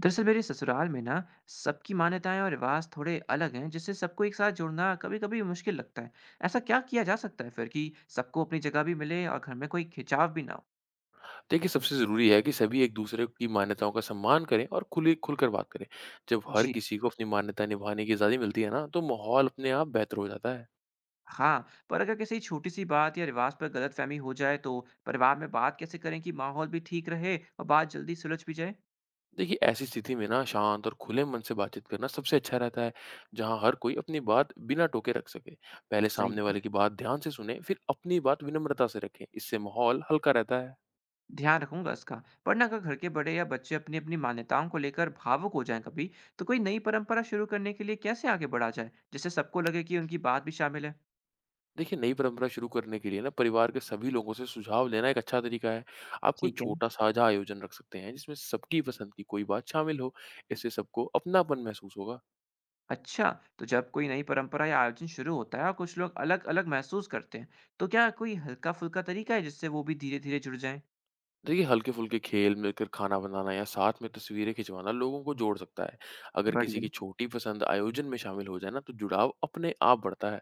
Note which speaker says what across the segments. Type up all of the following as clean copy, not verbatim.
Speaker 1: दरअसल मेरे ससुराल में ना सबकी मान्यताएं और रिवाज थोड़े अलग हैं, जिससे सबको एक साथ जोड़ना कभी कभी मुश्किल लगता है। ऐसा क्या किया जा सकता है फिर कि सबको अपनी जगह भी मिले और घर में कोई खिंचाव भी ना हो।
Speaker 2: देखिए, सबसे ज़रूरी है कि सभी एक-दूसरे की मान्यताओं का सम्मान करें और खुली खुलकर बात करें। जब हर
Speaker 1: जी।
Speaker 2: किसी को अपनी मान्यता निभाने की आज़ादी मिलती है ना, तो माहौल अपने आप बेहतर हो जाता है।
Speaker 1: हाँ, पर अगर किसी छोटी सी बात या रिवाज पर गलतफहमी हो जाए, तो परिवार में बात कैसे करें कि माहौल भी ठीक रहे और बात जल्दी सुलझ भी जाए।
Speaker 2: देखिए, ऐसी स्थिति में ना शांत और खुले मन से बातचीत करना सबसे अच्छा रहता है, जहाँ हर कोई अपनी बात बिना टोके रख सके। पहले
Speaker 1: सही
Speaker 2: सामने
Speaker 1: है।
Speaker 2: वाले की बात ध्यान से सुनें, फिर अपनी बात विनम्रता से रखें। इससे माहौल हल्का रहता है।
Speaker 1: ध्यान रखूंगा इसका। पर ना अगर घर के बड़े या बच्चे अपनी अपनी मान्यताओं को लेकर भावुक हो जाएं कभी, तो कोई नई परंपरा शुरू करने के लिए कैसे आगे बढ़ा जाए, जिससे सबको लगे कि उनकी बात भी शामिल है।
Speaker 2: देखिए, नई परंपरा शुरू करने के लिए ना परिवार के सभी लोगों से सुझाव लेना एक अच्छा तरीका है। आप कोई
Speaker 1: ठीक है।
Speaker 2: छोटा साझा आयोजन रख सकते हैं जिसमें सबकी पसंद की कोई बात शामिल हो। इससे सबको अपनापन महसूस होगा।
Speaker 1: अच्छा, तो जब कोई नई परंपरा या आयोजन शुरू होता है और कुछ लोग अलग-अलग महसूस करते हैं, तो क्या कोई हल्का-फुल्का तरीका है जिससे वो भी धीरे-धीरे जुड़ जाएँ?
Speaker 2: देखिए, हल्के-फुल्के खेल, मिलकर खाना बनाना या साथ में तस्वीरें खिंचवाना लोगों को जोड़ सकता है। अगर किसी
Speaker 1: बढ़िया।
Speaker 2: की छोटी पसंद आयोजन में शामिल हो जाए ना तो जुड़ाव अपने आप बढ़ता है।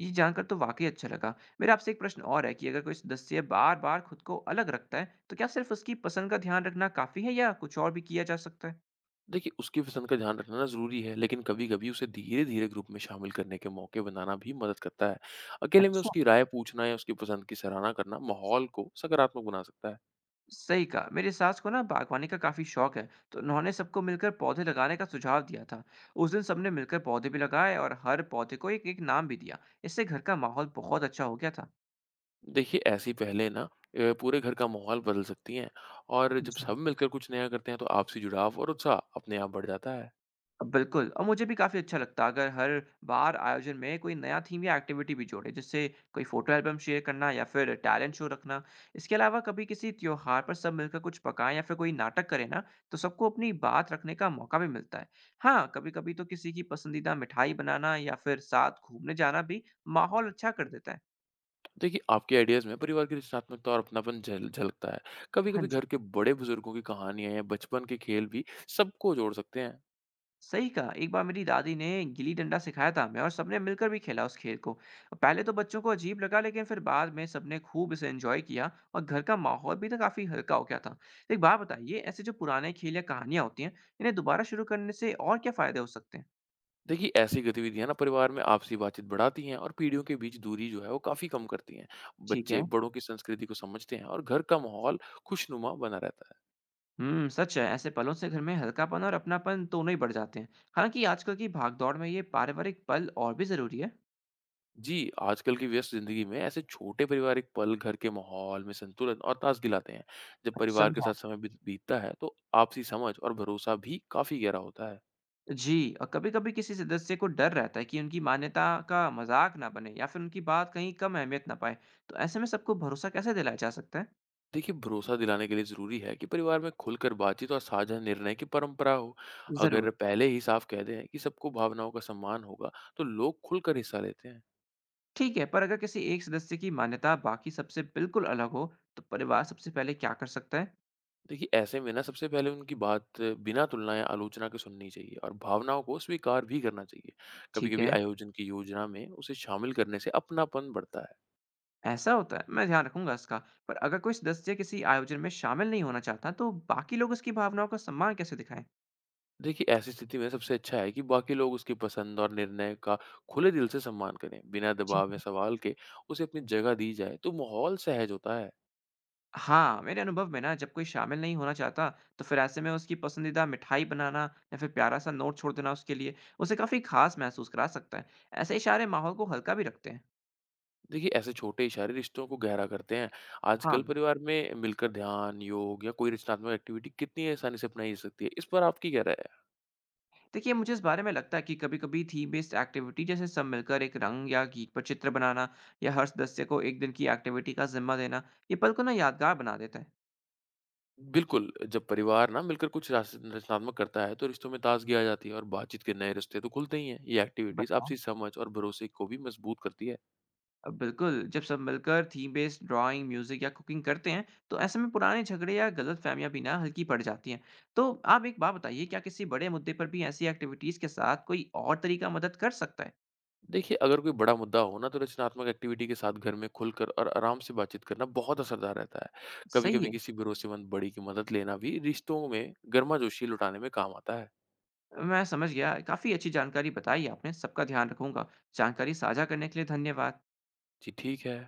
Speaker 1: ये जानकर तो वाक़ई अच्छा लगा। मेरा आपसे एक प्रश्न और है कि अगर कोई सदस्य बार-बार खुद को अलग रखता है, तो क्या सिर्फ़ उसकी पसंद का ध्यान रखना काफ़ी है या कुछ और भी किया जा सकता है?
Speaker 2: देखिए, उसकी पसंद का ध्यान रखना ना ज़रूरी है, लेकिन कभी-कभी उसे धीरे-धीरे ग्रुप में शामिल करने के मौके बनाना भी मदद करता है। अकेले में
Speaker 1: अच्छा।
Speaker 2: उसकी राय पूछना या उसकी पसंद की सराहना करना माहौल को सकारात्मक बना सकता है।
Speaker 1: सही कहा, मेरी सास को ना बागवानी का काफी शौक है, तो उन्होंने सबको मिलकर पौधे लगाने का सुझाव दिया था। उस दिन सबने मिलकर पौधे भी लगाए और हर पौधे को एक एक नाम भी दिया। इससे घर का माहौल बहुत अच्छा हो गया
Speaker 2: देखिए, ऐसी पहलें ना पूरे घर का माहौल बदल सकती हैं और जब
Speaker 1: था।
Speaker 2: सब मिलकर कुछ नया करते हैं, तो आपसी जुड़ाव और उत्साह अपने आप बढ़ जाता है।
Speaker 1: बिल्कुल, और मुझे भी काफ़ी अच्छा लगता अगर हर बार आयोजन में कोई नया थीम या एक्टिविटी भी जोड़े, जैसे कोई फोटो एल्बम शेयर करना या फिर टैलेंट शो रखना। इसके अलावा कभी किसी त्योहार पर सब मिलकर कुछ पकाएं या फिर कोई नाटक करें ना, तो सबको अपनी बात रखने का मौका भी मिलता है। हाँ, कभी कभी तो किसी की पसंदीदा मिठाई बनाना या फिर साथ घूमने जाना भी माहौल अच्छा कर देता है।
Speaker 2: देखिए, आपके आइडियाज़ में परिवार की रचनात्मकता और अपनापन झल झलकता है। कभी-कभी
Speaker 1: हाँ।
Speaker 2: घर के बड़े बुजुर्गों की कहानियाँ या बचपन के खेल भी सबको जोड़ सकते हैं।
Speaker 1: सही कहा, एक बार मेरी दादी ने गिल्ली डंडा सिखाया था हमें, और सबने मिलकर भी खेला उस खेल को। पहले तो बच्चों को अजीब लगा, लेकिन फिर बाद में सबने खूब इसे एंजॉय किया और घर का माहौल भी तो काफी हल्का हो गया था। तो एक बात बताइए, ऐसे जो पुराने खेल या कहानियां होती हैं, इन्हें दोबारा शुरू करने से और क्या फायदे हो सकते हैं।
Speaker 2: देखिए, ऐसी गतिविधियां ना परिवार में आपसी बातचीत बढ़ाती हैं और पीढ़ियों के बीच दूरी जो है वो काफी कम करती हैं।
Speaker 1: ठीक है।
Speaker 2: बच्चे बड़ों की संस्कृति को समझते हैं और घर का माहौल खुशनुमा बना रहता है।
Speaker 1: सच है, ऐसे पलों से घर में हल्कापन और अपनापन दोनों ही बढ़ जाते हैं। हालांकि आजकल की भागदौड़ में ये पारिवारिक पल और भी जरूरी है।
Speaker 2: जी, आजकल की व्यस्त जिंदगी में ऐसे छोटे पारिवारिक पल घर के माहौल में संतुलन और ताजगी लाते हैं। जब परिवार के
Speaker 1: समझा।
Speaker 2: साथ समय बीतता है तो आपसी समझ और भरोसा भी काफी गहरा होता है।
Speaker 1: जी, और कभी-कभी किसी सदस्य को डर रहता है कि उनकी मान्यता का मजाक ना बने या फिर उनकी बात कहीं कम अहमियत ना पाए, तो ऐसे में सबको भरोसा कैसे दिलाया जा सकता है।
Speaker 2: देखिए, भरोसा दिलाने के लिए ज़रूरी है कि परिवार में खुलकर बातचीत और साझा निर्णय की परंपरा हो। अगर
Speaker 1: जरूर।
Speaker 2: पहले ही साफ कह दें कि सबको भावनाओं का सम्मान होगा, तो लोग खुलकर हिस्सा लेते हैं।
Speaker 1: ठीक है, पर अगर किसी एक सदस्य की मान्यता बाकी सबसे बिल्कुल अलग हो, तो परिवार सबसे पहले क्या कर सकता है।
Speaker 2: देखिए, ऐसे में ना सबसे पहले उनकी बात बिना तुलना या आलोचना के सुननी चाहिए और भावनाओं को स्वीकार भी करना चाहिए। कभी
Speaker 1: ठीक
Speaker 2: कभी
Speaker 1: है,
Speaker 2: आयोजन की योजना में उसे शामिल करने से अपनापन बढ़ता है।
Speaker 1: ऐसा होता है, मैं ध्यान रखूंगा इसका। पर अगर कोई सदस्य किसी आयोजन में शामिल नहीं होना चाहता, तो बाकी लोग उसकी भावनाओं का सम्मान कैसे दिखाएं।
Speaker 2: देखिए, ऐसी स्थिति में सबसे अच्छा है कि बाकी लोग उसकी पसंद और निर्णय का खुले दिल से सम्मान करें, बिना दबाव या सवाल के। उसे अपनी जगह दी जाए तो माहौल सहज होता है।
Speaker 1: हाँ, मेरे अनुभव में ना जब कोई शामिल नहीं होना चाहता, तो फिर ऐसे में उसकी पसंदीदा मिठाई बनाना या फिर प्यारा-सा नोट छोड़ देना उसके लिए, उसे काफ़ी ख़ास महसूस करा सकता है। ऐसे इशारे माहौल को हल्का भी रखते हैं।
Speaker 2: देखिए, ऐसे छोटे इशारे रिश्तों को गहरा करते हैं।
Speaker 1: हाँ,
Speaker 2: आजकल परिवार में मिलकर ध्यान, योग या कोई रचनात्मक एक्टिविटी कितनी आसानी से अपनाई जा सकती है? इस पर आपकी क्या राय है?
Speaker 1: देखिए, मुझे इस बारे में लगता है कि कभी-कभी थीम बेस्ड एक्टिविटी, जैसे सब मिलकर एक रंग या गीत पर चित्र बनाना या हर सदस्य को एक दिन की एक्टिविटी का ज़िम्मा देना, ये पल को ना यादगार बना देता है।
Speaker 2: बिल्कुल, जब परिवार ना मिलकर कुछ रास रचनात्मक करता है, तो रिश्तों में ताज़गी आ जाती है और बातचीत के नए रिश्ते तो खुलते ही हैं। ये एक्टिविटीज़
Speaker 1: बताएँ?
Speaker 2: आपसी समझ और भरोसे को भी मजबूत करती है।
Speaker 1: बिल्कुल, जब सब मिलकर थीम बेस्ड ड्राइंग, म्यूज़िक या कुकिंग करते हैं, तो ऐसे में पुराने झगड़े या गलतफ़हमियाँ भी ना हल्की पड़ जाती हैं। तो आप एक बात बताइए, क्या किसी बड़े मुद्दे पर भी ऐसी एक्टिविटीज़ के साथ कोई और तरीका मदद कर सकता है?
Speaker 2: देखिए, अगर कोई बड़ा मुद्दा हो ना, तो रचनात्मक एक्टिविटी के साथ घर में खुलकर और आराम से बातचीत करना बहुत असरदार रहता है।
Speaker 1: सही
Speaker 2: कभी-कभी
Speaker 1: है।
Speaker 2: किसी भरोसेमंद बड़े की मदद लेना भी रिश्तों में गर्माजोशी लौटाने में काम आता है।
Speaker 1: मैं समझ गया। काफ़ी अच्छी जानकारी बताई आपने, सबका ध्यान रखूँगा। जानकारी साझा करने के लिए धन्यवाद।
Speaker 2: जी, ठीक है।